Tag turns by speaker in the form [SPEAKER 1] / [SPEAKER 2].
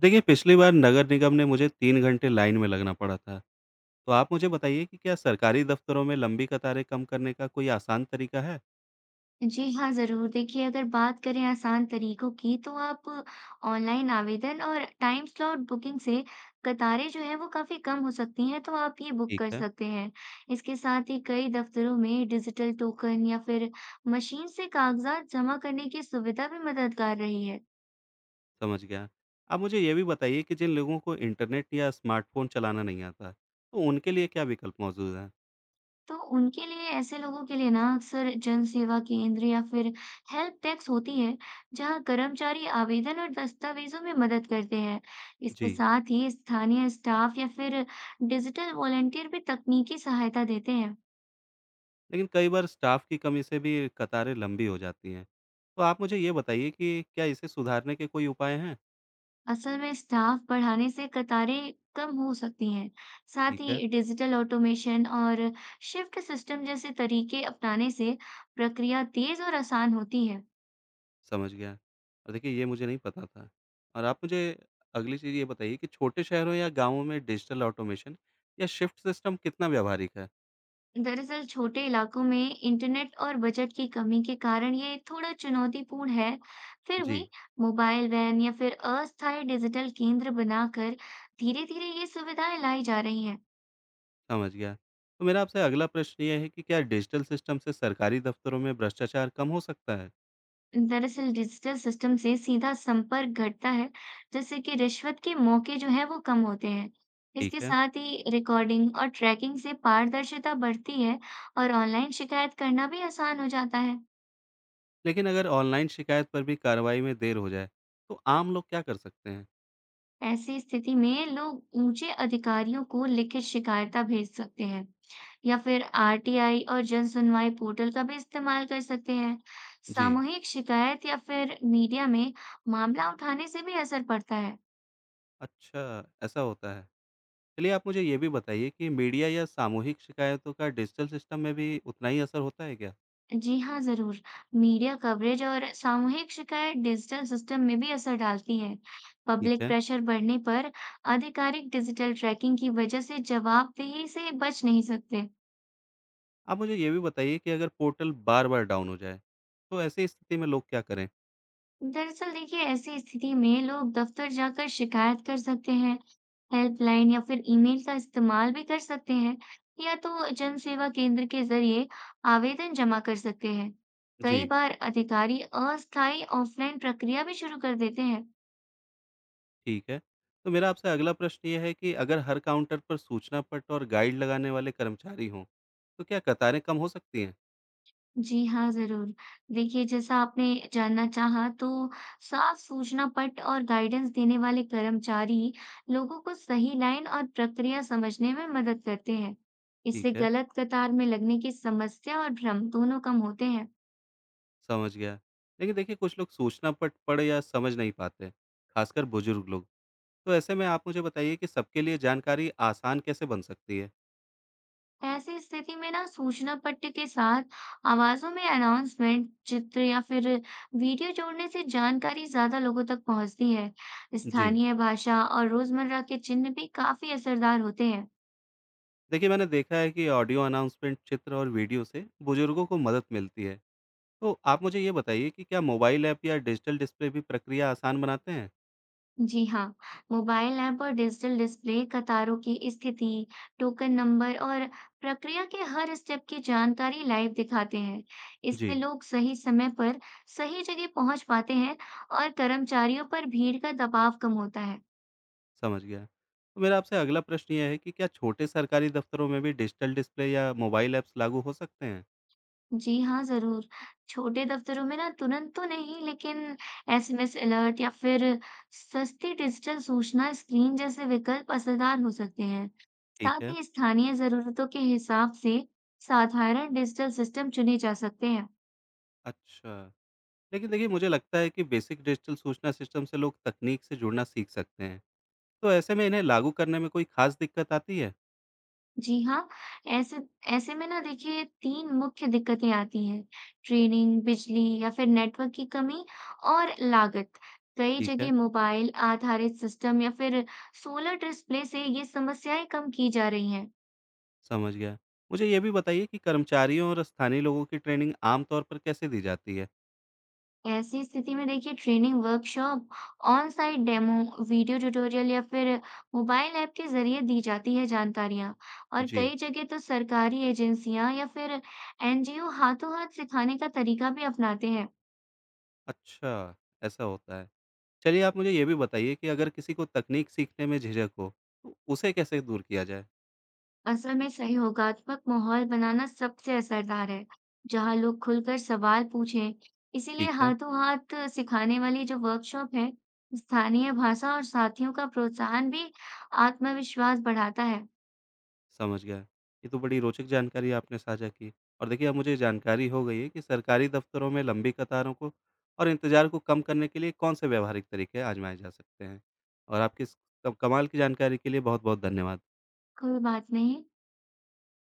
[SPEAKER 1] देखिए, पिछली बार नगर निगम ने मुझे 3 घंटे लाइन में लगना पड़ा था। तो आप मुझे बताइए कि क्या सरकारी दफ़्तरों में लंबी कतारें कम करने का कोई आसान तरीका है?
[SPEAKER 2] जी हाँ, ज़रूर। देखिए, अगर बात करें आसान तरीकों की, तो आप ऑनलाइन आवेदन और टाइम स्लॉट बुकिंग से कतारें जो हैं, वो काफ़ी कम हो सकती हैं, तो आप ये बुक
[SPEAKER 1] ठीक
[SPEAKER 2] कर
[SPEAKER 1] है,
[SPEAKER 2] सकते हैं। इसके साथ ही कई दफ़्तरों में डिजिटल टोकन या फिर मशीन से कागज़ात जमा करने की सुविधा भी मददगार रही है।
[SPEAKER 1] समझ गया। आप मुझे ये भी बताइए कि जिन लोगों को इंटरनेट या स्मार्टफ़ोन चलाना नहीं आता, तो उनके लिए क्या विकल्प मौजूद हैं?
[SPEAKER 2] तो उनके लिए ऐसे लोगों के लिए ना अक्सर जन सेवा केंद्र या फिर हेल्प डेस्क होती है, जहां कर्मचारी आवेदन और दस्तावेजों में मदद करते हैं। इसके
[SPEAKER 1] जी,
[SPEAKER 2] साथ ही स्थानीय स्टाफ या फिर डिजिटल वॉलेंटियर भी तकनीकी सहायता देते हैं।
[SPEAKER 1] लेकिन कई बार स्टाफ़ की कमी से भी कतारें लंबी हो जाती हैं। तो आप मुझे ये बताइए कि क्या इसे सुधारने के कोई उपाय हैं?
[SPEAKER 2] असल में स्टाफ बढ़ाने से कतारें कम हो सकती हैं। साथ
[SPEAKER 1] ठीक है।
[SPEAKER 2] ही डिजिटल ऑटोमेशन और शिफ्ट सिस्टम जैसे तरीके अपनाने से प्रक्रिया तेज और आसान होती है।
[SPEAKER 1] समझ गया। और देखिए ये मुझे नहीं पता था। और आप मुझे अगली चीज़ ये बताइए कि छोटे शहरों या गाँवों में डिजिटल ऑटोमेशन या शिफ्ट सिस्टम कितना व्यावहारिक है?
[SPEAKER 2] दरअसल छोटे इलाकों में इंटरनेट और बजट की कमी के कारण ये थोड़ा चुनौतीपूर्ण है। फिर भी
[SPEAKER 1] जी,
[SPEAKER 2] मोबाइल वैन या फिर अस्थायी डिजिटल केंद्र बनाकर धीरे-धीरे ये सुविधाएं लाई जा रही हैं।
[SPEAKER 1] समझ गया। तो मेरा आपसे अगला प्रश्न ये है कि क्या डिजिटल सिस्टम से सरकारी दफ्तरों में भ्रष्टाचार कम हो सकता है?
[SPEAKER 2] दरअसल डिजिटल सिस्टम से सीधा संपर्क घटता है, जिससे कि रिश्वत के मौके जो है वो कम होते हैं।
[SPEAKER 1] ठीक
[SPEAKER 2] इसके
[SPEAKER 1] है।
[SPEAKER 2] साथ ही रिकॉर्डिंग और ट्रैकिंग से पारदर्शिता बढ़ती है और ऑनलाइन शिकायत करना भी आसान हो जाता है।
[SPEAKER 1] लेकिन अगर ऑनलाइन शिकायत पर भी कार्रवाई में देर हो जाए, तो आम लोग क्या कर सकते हैं?
[SPEAKER 2] ऐसी स्थिति में लोग ऊंचे अधिकारियों को लिखित शिकायतें भेज सकते हैं या फिर आरटीआई और जन सुनवाई पोर्टल का भी इस्तेमाल कर सकते हैं।
[SPEAKER 1] जी,
[SPEAKER 2] सामूहिक शिकायत या फिर मीडिया में मामला उठाने से भी असर पड़ता है।
[SPEAKER 1] अच्छा ऐसा होता है। चलिए आप मुझे ये भी बताइए कि मीडिया या सामूहिक शिकायतों का डिजिटल सिस्टम में भी उतना ही असर होता है क्या?
[SPEAKER 2] जी हाँ, जरूर। मीडिया कवरेज और सामूहिक शिकायत डिजिटल सिस्टम में भी असर डालती है।
[SPEAKER 1] ठीक
[SPEAKER 2] पब्लिक
[SPEAKER 1] है।
[SPEAKER 2] प्रेशर बढ़ने पर आधिकारिक डिजिटल ट्रैकिंग की वजह से जवाबदेही से बच नहीं सकते।
[SPEAKER 1] आप मुझे ये भी बताइए कि अगर पोर्टल बार-बार डाउन हो जाए, तो ऐसी स्थिति में लोग क्या करें?
[SPEAKER 2] दरअसल देखिए ऐसी स्थिति में लोग दफ्तर जाकर शिकायत कर सकते हैं, हेल्पलाइन या फिर ईमेल का इस्तेमाल भी कर सकते हैं, या तो जन सेवा केंद्र के जरिए आवेदन जमा कर सकते हैं। कई
[SPEAKER 1] जी,
[SPEAKER 2] बार अधिकारी अस्थायी ऑफलाइन प्रक्रिया भी शुरू कर देते हैं।
[SPEAKER 1] ठीक है। तो मेरा आपसे अगला प्रश्न ये है कि अगर हर काउंटर पर सूचना पट और गाइड लगाने वाले कर्मचारी हों, तो क्या कतारें कम हो सकती हैं?
[SPEAKER 2] जी हाँ, ज़रूर। देखिए, जैसा आपने जानना चाहा, तो साफ सूचना पट और गाइडेंस देने वाले कर्मचारी लोगों को सही लाइन और प्रक्रिया समझने में मदद करते हैं। इससे
[SPEAKER 1] ठीक है,
[SPEAKER 2] गलत कतार में लगने की समस्या और भ्रम दोनों कम होते हैं।
[SPEAKER 1] समझ गया। लेकिन देखिए कुछ लोग सूचना पट पढ़ या समझ नहीं पाते, खासकर बुजुर्ग लोग। तो ऐसे में आप मुझे बताइए कि सबके लिए जानकारी आसान कैसे बन सकती है?
[SPEAKER 2] ऐसी स्थिति में ना सूचना पट्ट के साथ आवाज़ों में अनाउंसमेंट, चित्र या फिर वीडियो जोड़ने से जानकारी ज़्यादा लोगों तक पहुँचती है।
[SPEAKER 1] जी,
[SPEAKER 2] स्थानीय भाषा और रोज़मर्रा के चिन्ह भी काफ़ी असरदार होते हैं।
[SPEAKER 1] देखिए मैंने देखा है कि ऑडियो अनाउंसमेंट, चित्र और वीडियो से बुजुर्गों को मदद मिलती है। तो आप मुझे ये बताइए कि क्या मोबाइल ऐप या डिजिटल डिस्प्ले भी प्रक्रिया आसान बनाते हैं?
[SPEAKER 2] जी हाँ, मोबाइल ऐप और डिजिटल डिस्प्ले कतारों की स्थिति, टोकन नंबर और प्रक्रिया के हर स्टेप की जानकारी लाइव दिखाते हैं। इससे
[SPEAKER 1] जी,
[SPEAKER 2] लोग सही समय पर सही जगह पहुंच पाते हैं और कर्मचारियों पर भीड़ का दबाव कम होता है।
[SPEAKER 1] समझ गया। तो मेरा आपसे अगला प्रश्न ये है कि क्या छोटे सरकारी दफ्तरों में भी डिजिटल डिस्प्ले या मोबाइल ऐप्स लागू हो सकते हैं?
[SPEAKER 2] जी हाँ, जरूर। छोटे दफ्तरों में ना तुरंत तो नहीं, लेकिन एसएमएस अलर्ट या फिर सस्ती डिजिटल सूचना स्क्रीन जैसे विकल्प असरदार हो सकते हैं।
[SPEAKER 1] ठीक
[SPEAKER 2] साथ
[SPEAKER 1] है।
[SPEAKER 2] ही स्थानीय जरूरतों के हिसाब से साधारण डिजिटल सिस्टम चुने जा सकते हैं।
[SPEAKER 1] अच्छा। लेकिन देखिए मुझे लगता है कि बेसिक डिजिटल सूचना सिस्टम से लोग तकनीक से जुड़ना सीख सकते हैं। तो ऐसे में इन्हें लागू करने में कोई खास दिक्कत आती है?
[SPEAKER 2] जी हाँ, ऐसे ऐसे में ना देखिए, तीन मुख्य दिक्कतें आती हैं: ट्रेनिंग, बिजली या फिर नेटवर्क की कमी, और लागत। कई
[SPEAKER 1] ठीक है,
[SPEAKER 2] जगह मोबाइल आधारित सिस्टम या फिर सोलर डिस्प्ले से ये समस्याएं कम की जा रही हैं।
[SPEAKER 1] समझ गया। मुझे ये भी बताइए कि कर्मचारियों और स्थानीय लोगों की ट्रेनिंग आमतौर पर कैसे दी जाती है?
[SPEAKER 2] ऐसी स्थिति में देखिए training workshop, on site demo, video tutorial या फिर मोबाइल ऐप के जरिए दी जाती है, जानकारियाँ और
[SPEAKER 1] जी,
[SPEAKER 2] कई जगह तो सरकारी एजेंसियां या फिर एनजीओ हाथों हाथ सिखाने का तरीका भी अपनाते हैं।
[SPEAKER 1] अच्छा, ऐसा होता है। चलिए आप मुझे ये भी बताइए कि अगर किसी को तकनीक सीखने में झिझक हो, तो उसे कैसे दूर किया जाए?
[SPEAKER 2] असल में सहयोगात्मक माहौल बनाना सबसे असरदार है, जहाँ लोग खुलकर सवाल पूछें। इसीलिए
[SPEAKER 1] ठीक है,
[SPEAKER 2] हाथों हाथ सिखाने वाली जो वर्कशॉप है, स्थानीय भाषा और साथियों का प्रोत्साहन भी आत्मविश्वास बढ़ाता है।
[SPEAKER 1] समझ गया। ये तो बड़ी रोचक जानकारी आपने साझा की और देखिए अब मुझे जानकारी हो गई है कि सरकारी दफ्तरों में लंबी कतारों को और इंतज़ार को कम करने के लिए कौन से व्यावहारिक तरीके आज़माए जा सकते हैं। और आपकी इस क कमाल की जानकारी के लिए बहुत-बहुत धन्यवाद।
[SPEAKER 2] कोई बात नहीं।